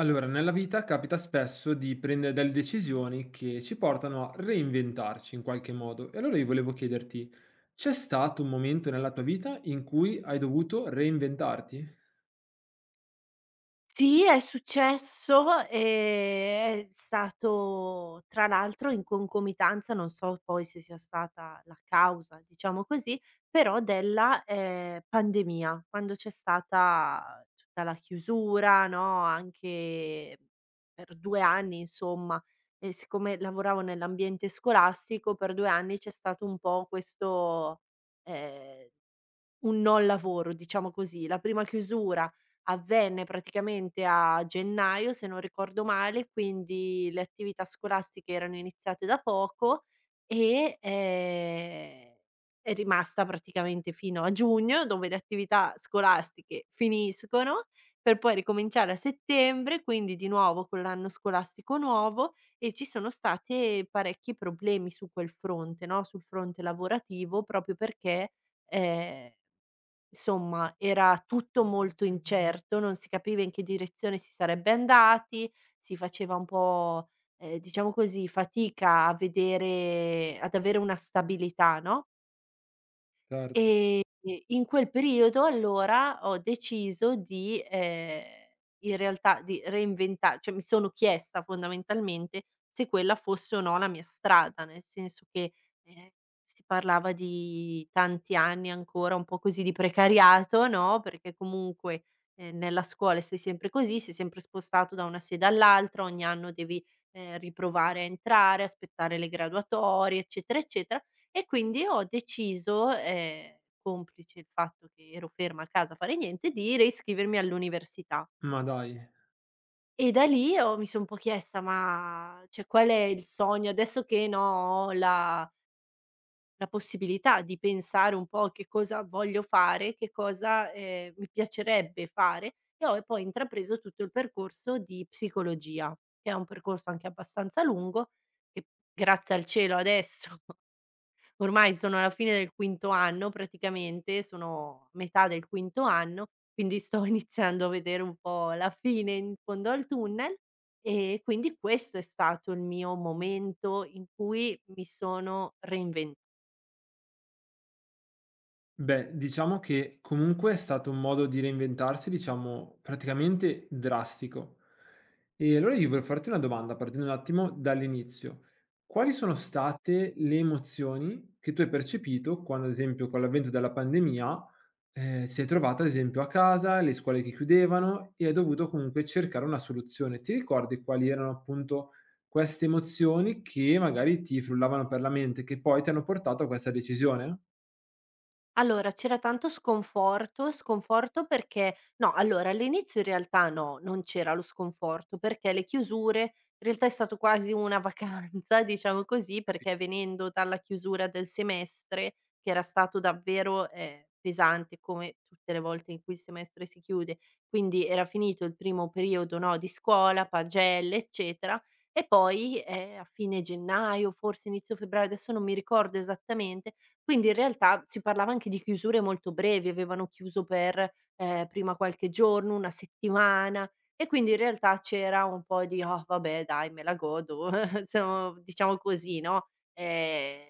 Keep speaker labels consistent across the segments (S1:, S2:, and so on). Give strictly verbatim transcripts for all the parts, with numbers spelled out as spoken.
S1: Allora, nella vita capita spesso di prendere delle decisioni che ci portano a reinventarci in qualche modo. E allora io volevo chiederti, c'è stato un momento nella tua vita in cui hai dovuto reinventarti?
S2: Sì, è successo, ehm, è stato tra l'altro in concomitanza. Non so poi se sia stata la causa, diciamo così, però della, ehm, pandemia, quando c'è stata tutta la chiusura, no, anche per due anni insomma. E siccome lavoravo nell'ambiente scolastico, per due anni c'è stato un po' questo, ehm un non lavoro, diciamo così. La prima chiusura avvenne praticamente a gennaio, se non ricordo male, quindi le attività scolastiche erano iniziate da poco e, ehm, è rimasta praticamente fino a giugno, dove le attività scolastiche finiscono, per poi ricominciare a settembre, quindi di nuovo con l'anno scolastico nuovo. E ci sono state parecchi problemi su quel fronte, no, sul fronte lavorativo proprio perché, ehm Insomma, era tutto molto incerto, non si capiva in che direzione si sarebbe andati, si faceva un po', ehm, diciamo così, fatica a vedere ad avere una stabilità, no?
S1: Certo.
S2: Ehm, in quel periodo allora ho deciso di, ehm, in realtà di reinventa, cioè mi sono chiesta fondamentalmente se quella fosse o no la mia strada, nel senso che, ehm, si parlava di tanti anni ancora un po' così di precariato, no, perché comunque, ehm, nella scuola sei sempre così, sei sempre spostato da una sede all'altra, ogni anno devi, ehm, riprovare a entrare, aspettare le graduatorie, eccetera, eccetera. E quindi ho deciso, ehm, complice il fatto che ero ferma a casa a fare niente, di reiscrivermi all'università.
S1: Ma dai.
S2: E da lì ho mi son un po' chiesta: "Ma cioè qual è il sogno? Adesso che, no, ho la la possibilità di pensare un po' che cosa voglio fare, che cosa, ehm, mi piacerebbe fare." E ho poi intrapreso tutto il percorso di psicologia, che è un percorso anche abbastanza lungo, che grazie al cielo adesso ormai sono alla fine del quinto anno praticamente, sono a metà del quinto anno, quindi sto iniziando a vedere un po' la fine in fondo al tunnel. E quindi questo è stato il mio momento in cui mi sono reinventata.
S1: Beh, diciamo che comunque è stato un modo di reinventarsi, diciamo, praticamente drastico. E allora io voglio farti una domanda, partendo un attimo dall'inizio. Quali sono state le emozioni che tu hai percepito quando, ad esempio, con l'avvento della pandemia, eh, sei trovata, ad esempio, a casa, le scuole che chiudevano e hai dovuto comunque cercare una soluzione? Ti ricordi quali erano appunto queste emozioni che magari ti frullavano per la mente, che poi ti hanno portato a questa decisione?
S2: Allora, c'era tanto sconforto. Sconforto perché, no, allora all'inizio in realtà no, non c'era lo sconforto, perché le chiusure in realtà è stato quasi una vacanza, diciamo così, perché
S1: Capito?
S2: venendo dalla chiusura del semestre, che era stato davvero, ehm, pesante come tutte le volte in cui il semestre si chiude, quindi era finito il primo periodo, no, di scuola, pagelle, eccetera. E poi, ehm, a fine gennaio, forse inizio febbraio, adesso non mi ricordo esattamente, quindi in realtà si parlava anche di chiusure molto brevi. Avevano chiuso per, ehm, prima qualche giorno, una settimana, e quindi in realtà c'era un po' di: "Oh vabbè dai, me la godo", so diciamo così, no, ehm,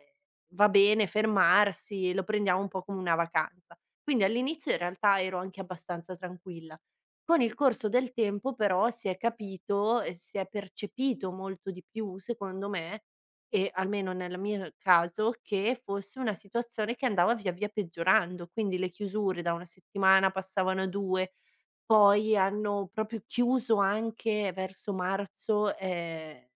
S2: va bene fermarsi, lo prendiamo un po' come una vacanza. Quindi all'inizio in realtà ero anche abbastanza tranquilla. Con il corso del tempo però si è capito e si è percepito molto di più, secondo me, e almeno nel mio caso, che fosse una situazione che andava via via peggiorando, quindi le chiusure da una settimana passavano a due. Poi hanno proprio chiuso anche verso marzo, ehm,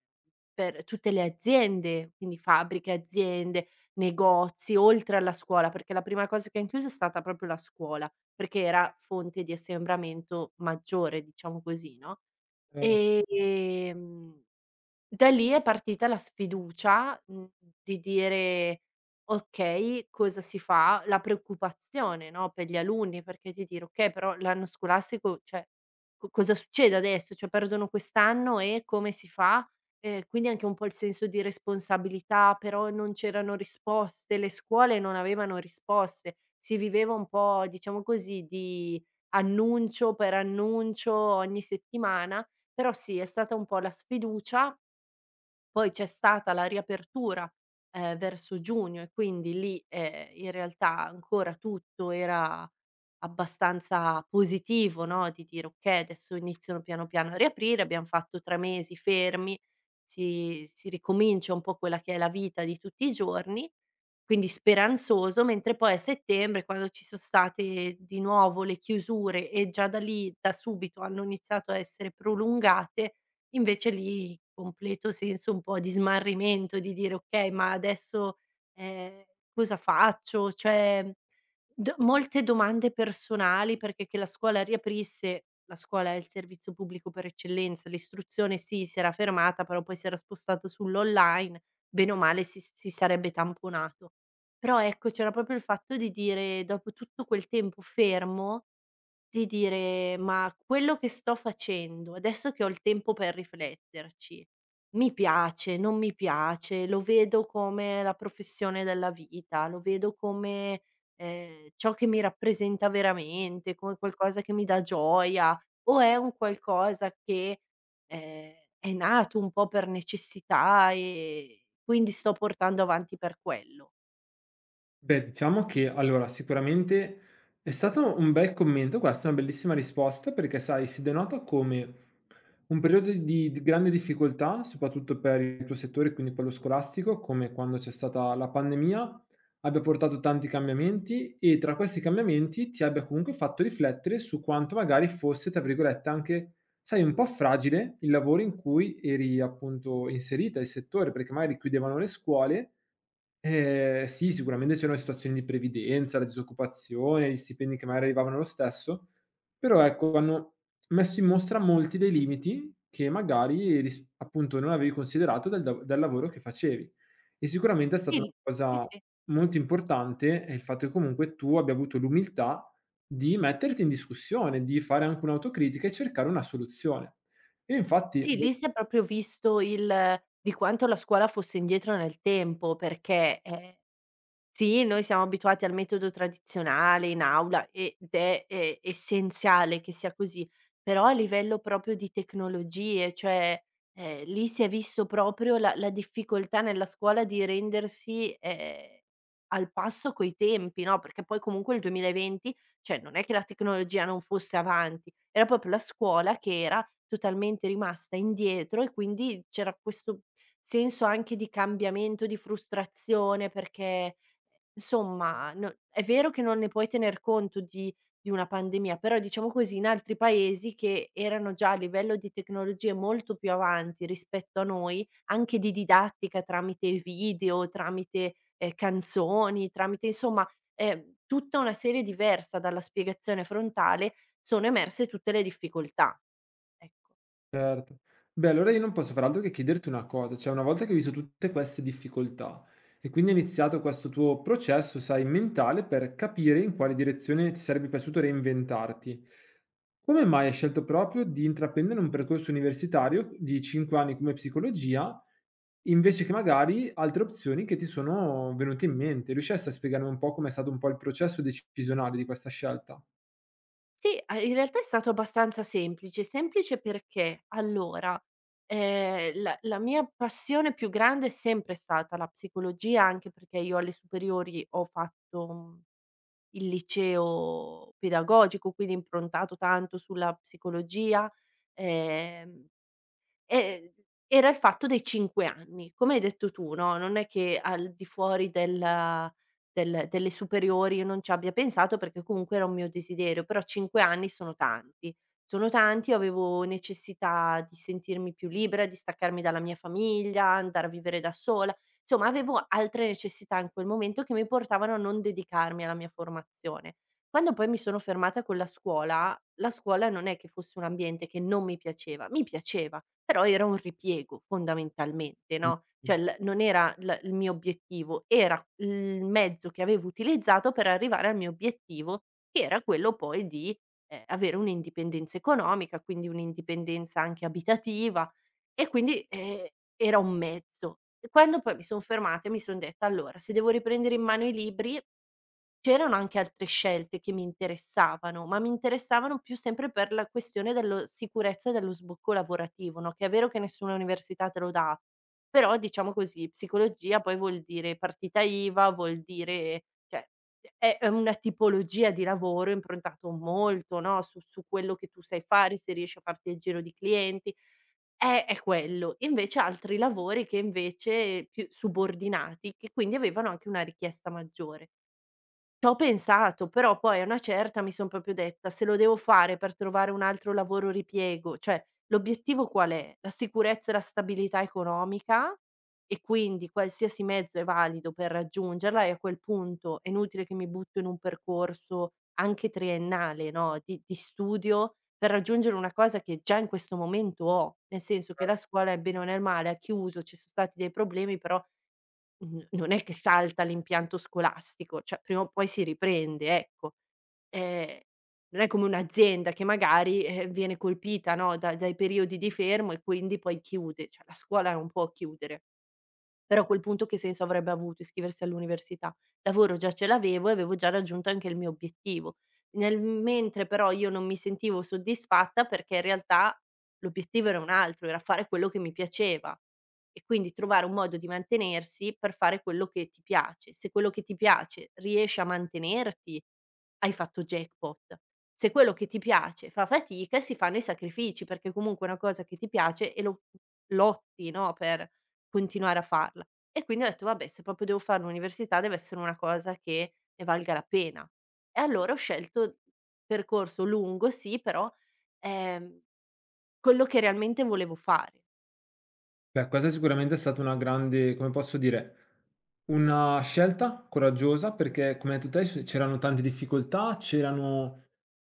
S2: per tutte le aziende, quindi fabbriche, aziende, negozi, oltre alla scuola, perché la prima cosa che han chiuso è stata proprio la scuola, perché era fonte di assembramento maggiore, diciamo così, no. e, Ehm, da lì è partita la sfiducia, mhmm, di dire: "Okay, cosa si fa?" La preoccupazione, no, per gli alunni, perché di dire: "Okay, però l'anno scolastico, cioè, co cosa succede adesso? Cioè, perdono quest'anno e come si fa?" Ehm, quindi anche un po' il senso di responsabilità, però non c'erano risposte, le scuole non avevano risposte. Si viveva un po', diciamo così, di annuncio per annuncio ogni settimana. Però sì, è stata un po' la sfiducia. Poi c'è stata la riapertura, ehm, verso giugno, e quindi lì, ehm, in realtà ancora tutto era abbastanza positivo, no, di dire: "Okay, adesso iniziano piano piano a riaprire." Abbiam fatto tre mesi fermi, si si ricomincia un po' quella che è la vita di tutti i giorni, quindi speranzoso. Mentre poi a settembre, quando ci so state di nuovo le chiusure e già da lì, da subito, hanno iniziato a essere prolungate, invece lì completo senso un po' di smarrimento, di dire: "Okay, ma adesso, ehm, cosa faccio?" Cioè D molte domande personali, perché che la scuola riaprisse, la scuola è il servizio pubblico per eccellenza, l'istruzione sì, si era fermata, però poi si era spostata sull'online, bene o male si si sarebbe tamponato. Però ecco, c'era proprio il fatto di dire, dopo tutto quel tempo fermo, di dire: "Ma quello che sto facendo, adesso che ho il tempo per rifletterci, mi piace, non mi piace? Lo vedo come la professione della vita, lo vedo come, ehm, ciò che mi rappresenta veramente, come qualcosa che mi dà gioia, o è un qualcosa che, ehm, è nato un po' per necessità, e quindi sto portando avanti per quello?"
S1: Beh, diciamo che allora sicuramente è stato un bel commento questo, una bellissima risposta perché sai, si denota come un periodo di di grande difficoltà, soprattutto per il tuo settore, quindi quello scolastico, come quando c'è stata la pandemia, abbia portato tanti cambiamenti e tra questi cambiamenti ti abbia comunque fatto riflettere su quanto magari fosse, tra virgolette, anche, sai, un po' fragile il lavoro in cui eri appunto inserita, il settore, perché magari chiudevano le scuole. Ehm, sì, sicuramente c'erano situazioni di previdenza, la disoccupazione, gli stipendi che magari arrivavano lo stesso, però ecco hanno messo in mostra molti dei limiti che magari ris appunto non avevi considerato del da dal lavoro che facevi. E sicuramente è stata
S2: Sì,
S1: una
S2: L sì,
S1: cosa
S2: sì.
S1: molto importante, è il fatto che comunque tu abbia avuto l'umiltà di metterti in discussione, di fare anche un'autocritica e cercare una soluzione. E infatti
S2: Sì,
S1: vo
S2: lì si è proprio visto il di quanto la scuola fosse indietro nel tempo perché, ehm sì, noi siamo abituati al metodo tradizionale in aula ed è è essenziale che sia così, però a livello proprio di tecnologie, cioè, ehm, lì si è visto proprio la la difficoltà nella scuola di rendersi, ehm, al passo coi tempi, no, perché poi comunque il duemilaventi, cioè non è che la tecnologia non fosse avanti, era proprio la scuola che era totalmente rimasta indietro. E quindi c'era questo senso anche di cambiamento, di frustrazione, perché insomma, no, è vero che non ne puoi tener conto di di una pandemia, però diciamo così, in altri paesi che erano già a livello di tecnologie molto più avanti rispetto a noi, anche di didattica tramite video, tramite, ehm, canzoni, tramite insomma, ehm, tutta una serie diversa dalla spiegazione frontale, sono emerse tutte le difficoltà, ecco.
S1: Certo. Beh, allora io non posso far altro che chiederti una cosa, cioè una volta che hai visto tutte queste difficoltà e quindi è iniziato questo tuo processo, sai, mentale per capire in quale direzione ti sarebbe piaciuto reinventarti, come mai hai scelto proprio di intraprendere un percorso universitario di cinque anni come psicologia, invece che magari altre opzioni che ti sono venute in mente? Riusciresti a spiegarmi un po' com'è stato un po' il processo decisionale di questa scelta?
S2: Sì, a in realtà è stato abbastanza semplice. Semplice perché, allora, ehm, la la mia passione più grande è sempre stata la psicologia, anche perché io alle superiori ho fatto, mhmm, il liceo pedagogico, quindi improntato tanto sulla psicologia. ehm Ehm, era il fatto dei cinque anni. Come hai detto tu, no, non è che al di fuori del del delle superiori io non ci abbia pensato, perché comunque era un mio desiderio, però cinque anni sono tanti. Sono tanti, io avevo necessità di sentirmi più libera, di staccarmi dalla mia famiglia, andare a vivere da sola. Insomma, avevo altre necessità in quel momento che mi portavano a non dedicarmi alla mia formazione. Quando poi mi sono fermata con la scuola, la scuola non è che fosse un ambiente che non mi piaceva, mi piaceva. Però era un ripiego fondamentalmente, no, cioè l non era l il mio obiettivo, era il mezzo che avevo utilizzato per arrivare al mio obiettivo, che era quello poi di, ehm, avere un'indipendenza economica, quindi un'indipendenza anche abitativa, e quindi, ehm, era un mezzo. E quando poi mi son fermata e mi son detta: "Allora, se devo riprendere in mano i libri", c'erano anche altre scelte che mi interessavano, ma mi interessavano più sempre per la questione dello sicurezza e dello sbocco lavorativo, no, che è vero che nessuna università te lo dà, però diciamo così, psicologia poi vuol dire partita IVA, vuol dire, cioè, è è una tipologia di lavoro improntato molto, no, su su quello che tu sai fare, se riesci a farti il giro di clienti. Eh, è quello. Invece altri lavori che invece più subordinati, che quindi avevano anche una richiesta maggiore. C'ho pensato, però poi a una certa mi son proprio detta: "Se lo devo fare per trovare un altro lavoro ripiego", cioè l'obiettivo qual è? La sicurezza e la stabilità economica. E quindi qualsiasi mezzo è valido per raggiungerla, e a quel punto è inutile che mi butto in un percorso anche triennale, no, di di studio per raggiungere una cosa che già in questo momento ho, nel senso che la scuola, è bene o nel male, ha chiuso, ci so' stati dei problemi, però Mhmm, non è che salta l'impianto scolastico, cioè prima o poi si riprende, ecco. Ehm, non è come un'azienda che magari, eh, viene colpita, no, da dai periodi di fermo e quindi poi chiude, cioè la scuola non può chiudere. Però a quel punto che senso avrebbe avuto iscriversi all'università? Lavoro già ce l'avevo e avevo già raggiunto anche il mio obiettivo. Nel mentre però io non mi sentivo soddisfatta perché in realtà l'obiettivo era un altro, era fare quello che mi piaceva, e quindi trovare un modo di mantenersi per fare quello che ti piace. Se quello che ti piace riesci a mantenerti, hai fatto jackpot. Se quello che ti piace fa fatica, si fanno i sacrifici, perché comunque è una cosa che ti piace e lo lotti, no, per continuare a farla. E quindi ho detto: "Vabbè, se proprio devo fare l'università deve essere una cosa che ne valga la pena." E allora ho scelto il percorso lungo, sì, però, ehm, quello che realmente volevo fare.
S1: Beh, questa sicuramente è stata una grande, come posso dire, una scelta coraggiosa perché, come hai detto te, c- c'erano tante difficoltà, c'erano,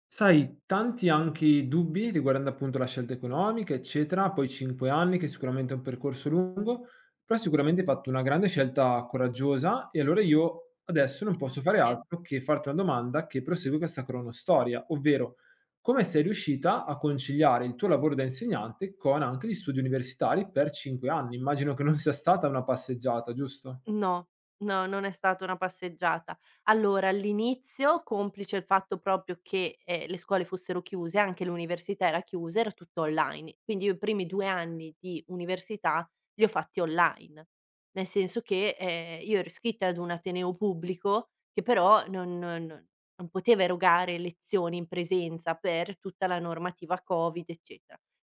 S1: sai, tanti anche dubbi riguardando appunto la scelta economica, eccetera. Poi cinque anni, che sicuramente è un percorso lungo, però sicuramente hai fatto una grande scelta coraggiosa e allora io adesso non posso fare
S2: Grazie.
S1: altro che farti una domanda che prosegue questa cronostoria, ovvero come sei riuscita a conciliare il tuo lavoro da insegnante con anche gli studi universitari per cinque anni? Immagino che non sia stata una passeggiata, giusto?
S2: No, no, non è stata una passeggiata. Allora, all'inizio, complice il fatto proprio che, ehm, le scuole fossero chiuse, anche l'università era chiusa, era tutto online. Quindi io i primi due anni di università li ho fatti online, nel senso che, ehm, io ero iscritta ad un ateneo pubblico che però non non non poteva erogare lezioni in presenza per tutta la normativa Covid, ecce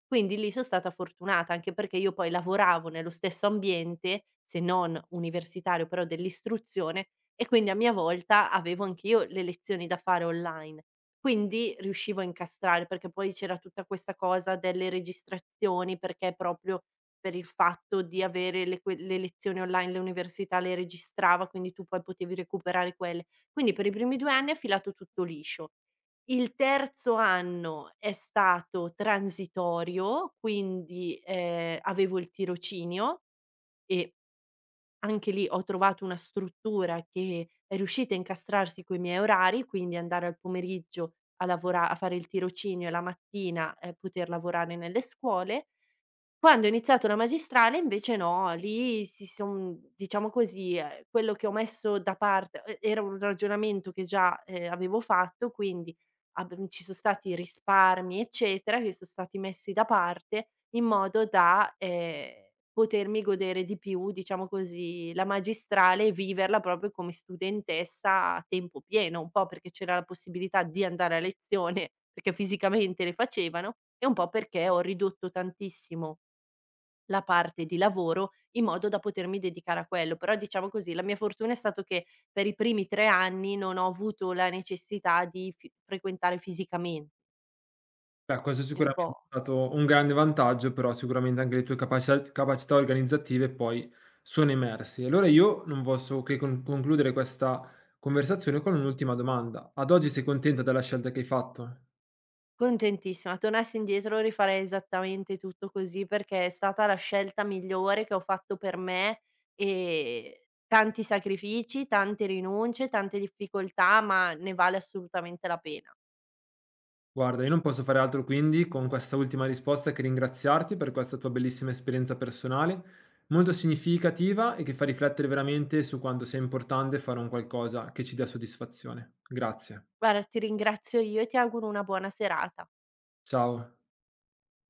S2: quindi lì so' stata fortunata, anche perché io poi lavoravo nello stesso ambiente, se non universitario, però dell'istruzione, e quindi a mia volta avevo anch'io le lezioni da fare online. Quindi riuscivo a incastrare, perché poi c'era tutta questa cosa delle registrazioni, perché proprio per il fatto di avere le que le lezioni online, le università le registrava, quindi tu poi potevi recuperare quelle. Quindi per i primi due anni è filato tutto liscio. Il terzo anno è stato transitorio, quindi, ehm, avevo il tirocinio, e anche lì ho trovato una struttura che è riuscita a incastrarsi coi miei orari, quindi andare al pomeriggio a lavora a fare il tirocinio e la mattina, ehm, poter lavorare nelle scuole. Quando ho iniziato la magistrale invece no, lì si son diciamo così, ehm, quello che ho messo da parte e era un ragionamento che già, ehm, avevo fatto, quindi abbiam ci son stati risparmi, eccetera, che son stati messi da parte in modo da, ehm, potermi godere di più, diciamo così, la magistrale e viverla proprio come studentessa a tempo pieno, un po' perché c'era la possibilità di andare a lezione, perché fisicamente le facevano, e un po' perché ho ridotto tantissimo la parte di lavoro, in modo da potermi dedicare a quello. Però diciamo così, la mia fortuna è stato che per i primi tre anni non ho avuto la necessità di fi frequentare fisicamente.
S1: Beh, questo
S2: È un
S1: sicuramente è
S2: po'
S1: stato un grande vantaggio, però sicuramente anche le tue capacia capacità organizzative poi sono emersi. Allora io non posso che con concludere questa conversazione con un'ultima domanda. Ad oggi sei contenta della scelta che hai fatto?
S2: contentissima. Tornassi indietro rifarei esattamente tutto così, perché è stata la scelta migliore che ho fatto per me, ehm, tanti sacrifici, tante rinunce, tante difficoltà, ma ne vale assolutamente la pena.
S1: Guarda, io non posso fare altro quindi con questa ultima risposta che ringraziarti per questa tua bellissima esperienza personale, molto significativa e che fa riflettere veramente su quanto sia importante fare un qualcosa che ci dia soddisfazione. Grazie.
S2: Guarda, ti ringrazio io e ti auguro una buona serata.
S1: Ciao.